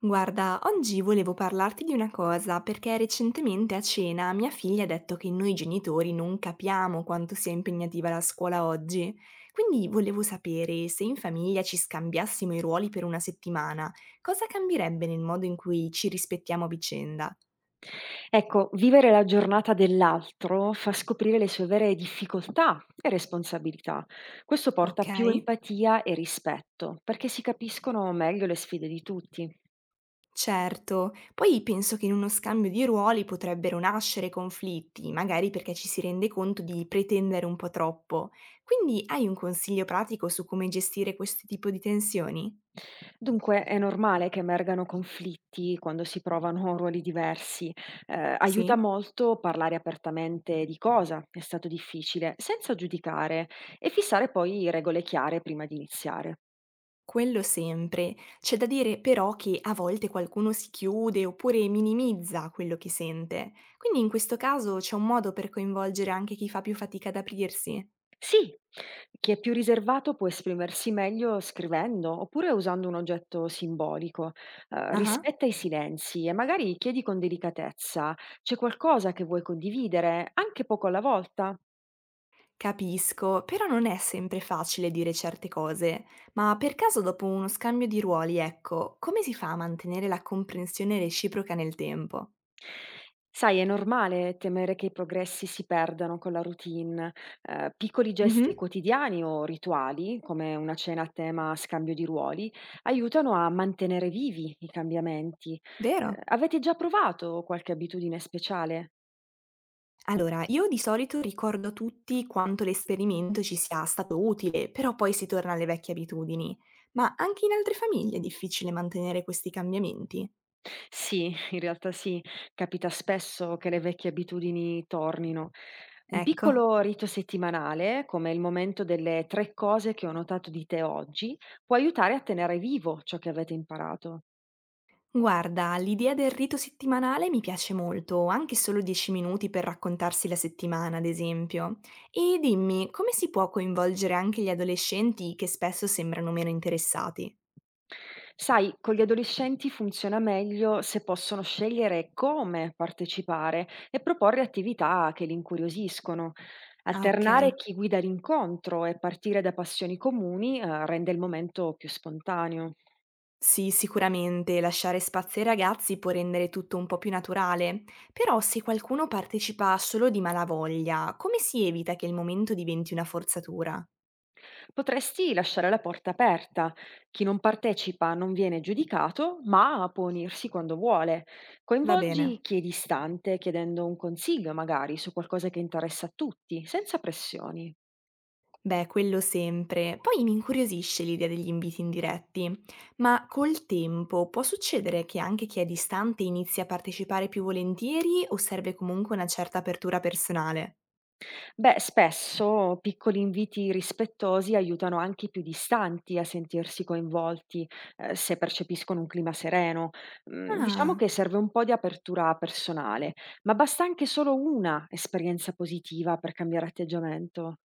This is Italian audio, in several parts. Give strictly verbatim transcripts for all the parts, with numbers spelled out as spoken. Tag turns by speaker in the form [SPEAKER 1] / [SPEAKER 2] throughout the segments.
[SPEAKER 1] Guarda, oggi volevo parlarti di una cosa, perché recentemente a cena mia figlia ha detto che noi genitori non capiamo quanto sia impegnativa la scuola oggi. Quindi volevo sapere se in famiglia ci scambiassimo i ruoli per una settimana, cosa cambierebbe nel modo in cui ci rispettiamo a vicenda,
[SPEAKER 2] Ecco, vivere la giornata dell'altro fa scoprire le sue vere difficoltà e responsabilità. Questo porta a
[SPEAKER 1] ok?
[SPEAKER 2] più empatia e rispetto, perché si capiscono meglio le sfide di tutti.
[SPEAKER 1] Certo, poi penso che in uno scambio di ruoli potrebbero nascere conflitti, magari perché ci si rende conto di pretendere un po' troppo. Quindi hai un consiglio pratico su come gestire questo tipo di tensioni?
[SPEAKER 2] Dunque è normale che emergano conflitti quando si provano ruoli diversi. Eh, aiuta
[SPEAKER 1] Sì?
[SPEAKER 2] molto parlare apertamente di cosa è stato difficile, senza giudicare, e fissare poi regole chiare prima di iniziare.
[SPEAKER 1] Quello sempre. C'è da dire però che a volte qualcuno si chiude oppure minimizza quello che sente. Quindi in questo caso c'è un modo per coinvolgere anche chi fa più fatica ad aprirsi?
[SPEAKER 2] Sì, chi è più riservato può esprimersi meglio scrivendo oppure usando un oggetto simbolico. Eh,
[SPEAKER 1] Ah.
[SPEAKER 2] rispetta i silenzi e magari chiedi con delicatezza, c'è qualcosa che vuoi condividere, anche poco alla volta?
[SPEAKER 1] Capisco, però non è sempre facile dire certe cose, ma per caso dopo uno scambio di ruoli, ecco, come si fa a mantenere la comprensione reciproca nel tempo?
[SPEAKER 2] Sai, è normale temere che i progressi si perdano con la routine. Eh, piccoli gesti
[SPEAKER 1] Mhm,
[SPEAKER 2] quotidiani o rituali, come una cena a tema scambio di ruoli, aiutano a mantenere vivi i cambiamenti.
[SPEAKER 1] vero.
[SPEAKER 2] Eh, avete già provato qualche abitudine speciale?
[SPEAKER 1] Allora, io di solito ricordo a tutti quanto l'esperimento ci sia stato utile, però poi si torna alle vecchie abitudini. Ma anche in altre famiglie è difficile mantenere questi cambiamenti.
[SPEAKER 2] Sì, in realtà sì, capita spesso che le vecchie abitudini tornino. Un
[SPEAKER 1] Ecco.
[SPEAKER 2] piccolo rito settimanale, come il momento delle tre cose che ho notato di te oggi, può aiutare a tenere vivo ciò che avete imparato.
[SPEAKER 1] Guarda, l'idea del rito settimanale mi piace molto, anche solo dieci minuti per raccontarsi la settimana, ad esempio. E dimmi, come si può coinvolgere anche gli adolescenti che spesso sembrano meno interessati?
[SPEAKER 2] Sai, con gli adolescenti funziona meglio se possono scegliere come partecipare e proporre attività che li incuriosiscono.
[SPEAKER 1] Ah,
[SPEAKER 2] Alternare
[SPEAKER 1] ok.
[SPEAKER 2] chi guida l'incontro e partire da passioni comuni, eh, rende il momento più spontaneo.
[SPEAKER 1] Sì, sicuramente, lasciare spazio ai ragazzi può rendere tutto un po' più naturale, però se qualcuno partecipa solo di malavoglia, come si evita che il momento diventi una forzatura?
[SPEAKER 2] Potresti lasciare la porta aperta. Chi non partecipa non viene giudicato, ma può unirsi quando vuole.
[SPEAKER 1] Va bene.
[SPEAKER 2] Coinvolgi chi è distante, chiedendo un consiglio magari su qualcosa che interessa a tutti, senza pressioni.
[SPEAKER 1] Beh, quello sempre. Poi mi incuriosisce l'idea degli inviti indiretti, ma col tempo può succedere che anche chi è distante inizi a partecipare più volentieri o serve comunque una certa apertura personale?
[SPEAKER 2] Beh, spesso piccoli inviti rispettosi aiutano anche i più distanti a sentirsi coinvolti, eh, se percepiscono un clima sereno. Mm, diciamo
[SPEAKER 1] Ah,
[SPEAKER 2] che serve un po' di apertura personale, ma basta anche solo una esperienza positiva per cambiare atteggiamento.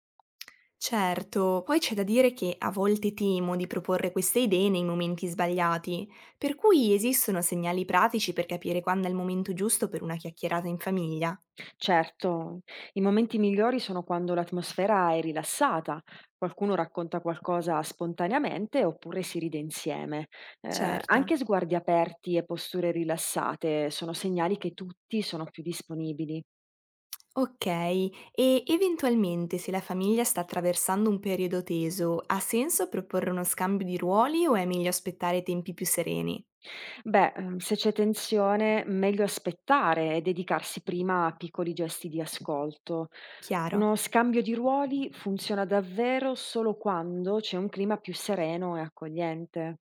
[SPEAKER 1] certo, poi c'è da dire che a volte temo di proporre queste idee nei momenti sbagliati, per cui esistono segnali pratici per capire quando è il momento giusto per una chiacchierata in famiglia.
[SPEAKER 2] Certo, i momenti migliori sono quando l'atmosfera è rilassata, qualcuno racconta qualcosa spontaneamente oppure si ride insieme. Eh,
[SPEAKER 1] Certo.
[SPEAKER 2] anche sguardi aperti e posture rilassate sono segnali che tutti sono più disponibili.
[SPEAKER 1] Okay, e eventualmente se la famiglia sta attraversando un periodo teso, ha senso proporre uno scambio di ruoli o è meglio aspettare tempi più sereni?
[SPEAKER 2] Beh, ehm, se c'è tensione, meglio aspettare e dedicarsi prima a piccoli gesti di ascolto.
[SPEAKER 1] Chiaro.
[SPEAKER 2] Uno scambio di ruoli funziona davvero solo quando c'è un clima più sereno e accogliente.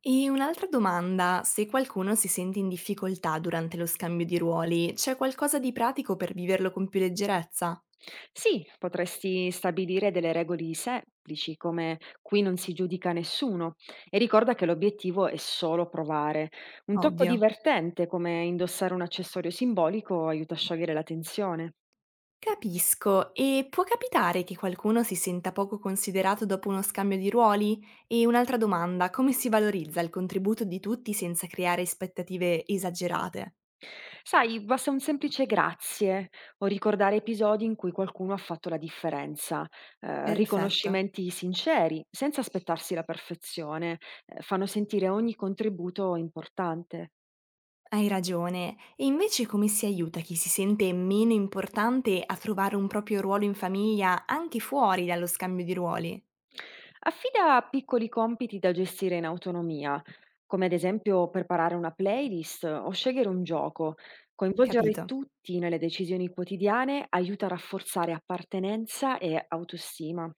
[SPEAKER 1] E un'altra domanda, se qualcuno si sente in difficoltà durante lo scambio di ruoli, c'è qualcosa di pratico per viverlo con più leggerezza?
[SPEAKER 2] Sì, potresti stabilire delle regole semplici, come qui non si giudica nessuno, e ricorda che l'obiettivo è solo provare. Un tocco
[SPEAKER 1] Ovvio.
[SPEAKER 2] divertente, come indossare un accessorio simbolico, aiuta a sciogliere la tensione.
[SPEAKER 1] Capisco, e può capitare che qualcuno si senta poco considerato dopo uno scambio di ruoli? E un'altra domanda, come si valorizza il contributo di tutti senza creare aspettative esagerate?
[SPEAKER 2] Sai, basta un semplice grazie o ricordare episodi in cui qualcuno ha fatto la differenza. Eh,
[SPEAKER 1] Perfetto,
[SPEAKER 2] riconoscimenti sinceri, senza aspettarsi la perfezione, eh, fanno sentire ogni contributo importante.
[SPEAKER 1] hai ragione. E invece come si aiuta chi si sente meno importante a trovare un proprio ruolo in famiglia anche fuori dallo scambio di ruoli?
[SPEAKER 2] Affida piccoli compiti da gestire in autonomia, come ad esempio preparare una playlist o scegliere un gioco. Coinvolgere
[SPEAKER 1] Capito?
[SPEAKER 2] tutti nelle decisioni quotidiane aiuta a rafforzare appartenenza e autostima.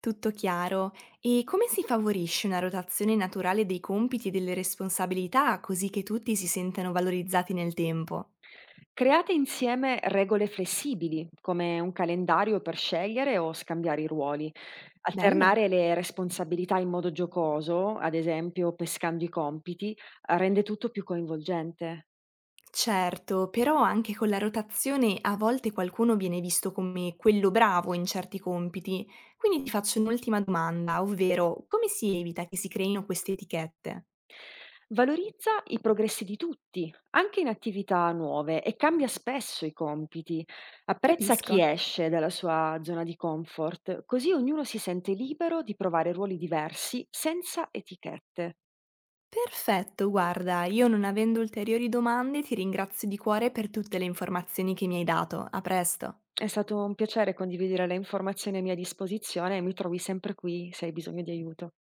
[SPEAKER 1] Tutto chiaro. E come si favorisce una rotazione naturale dei compiti e delle responsabilità così che tutti si sentano valorizzati nel tempo?
[SPEAKER 2] Create insieme regole flessibili, come un calendario per scegliere o scambiare i ruoli.
[SPEAKER 1] Bello.
[SPEAKER 2] Alternare le responsabilità in modo giocoso, ad esempio pescando i compiti, rende tutto più coinvolgente.
[SPEAKER 1] Certo, però anche con la rotazione a volte qualcuno viene visto come quello bravo in certi compiti. Quindi ti faccio un'ultima domanda, ovvero come si evita che si creino queste etichette?
[SPEAKER 2] Valorizza i progressi di tutti, anche in attività nuove, e cambia spesso i compiti. Apprezza chi
[SPEAKER 1] Capisco.
[SPEAKER 2] esce dalla sua zona di comfort, così ognuno si sente libero di provare ruoli diversi senza etichette.
[SPEAKER 1] Perfetto, guarda, io non avendo ulteriori domande ti ringrazio di cuore per tutte le informazioni che mi hai dato. A presto.
[SPEAKER 2] È stato un piacere condividere le informazioni a mia disposizione e mi trovi sempre qui se hai bisogno di aiuto.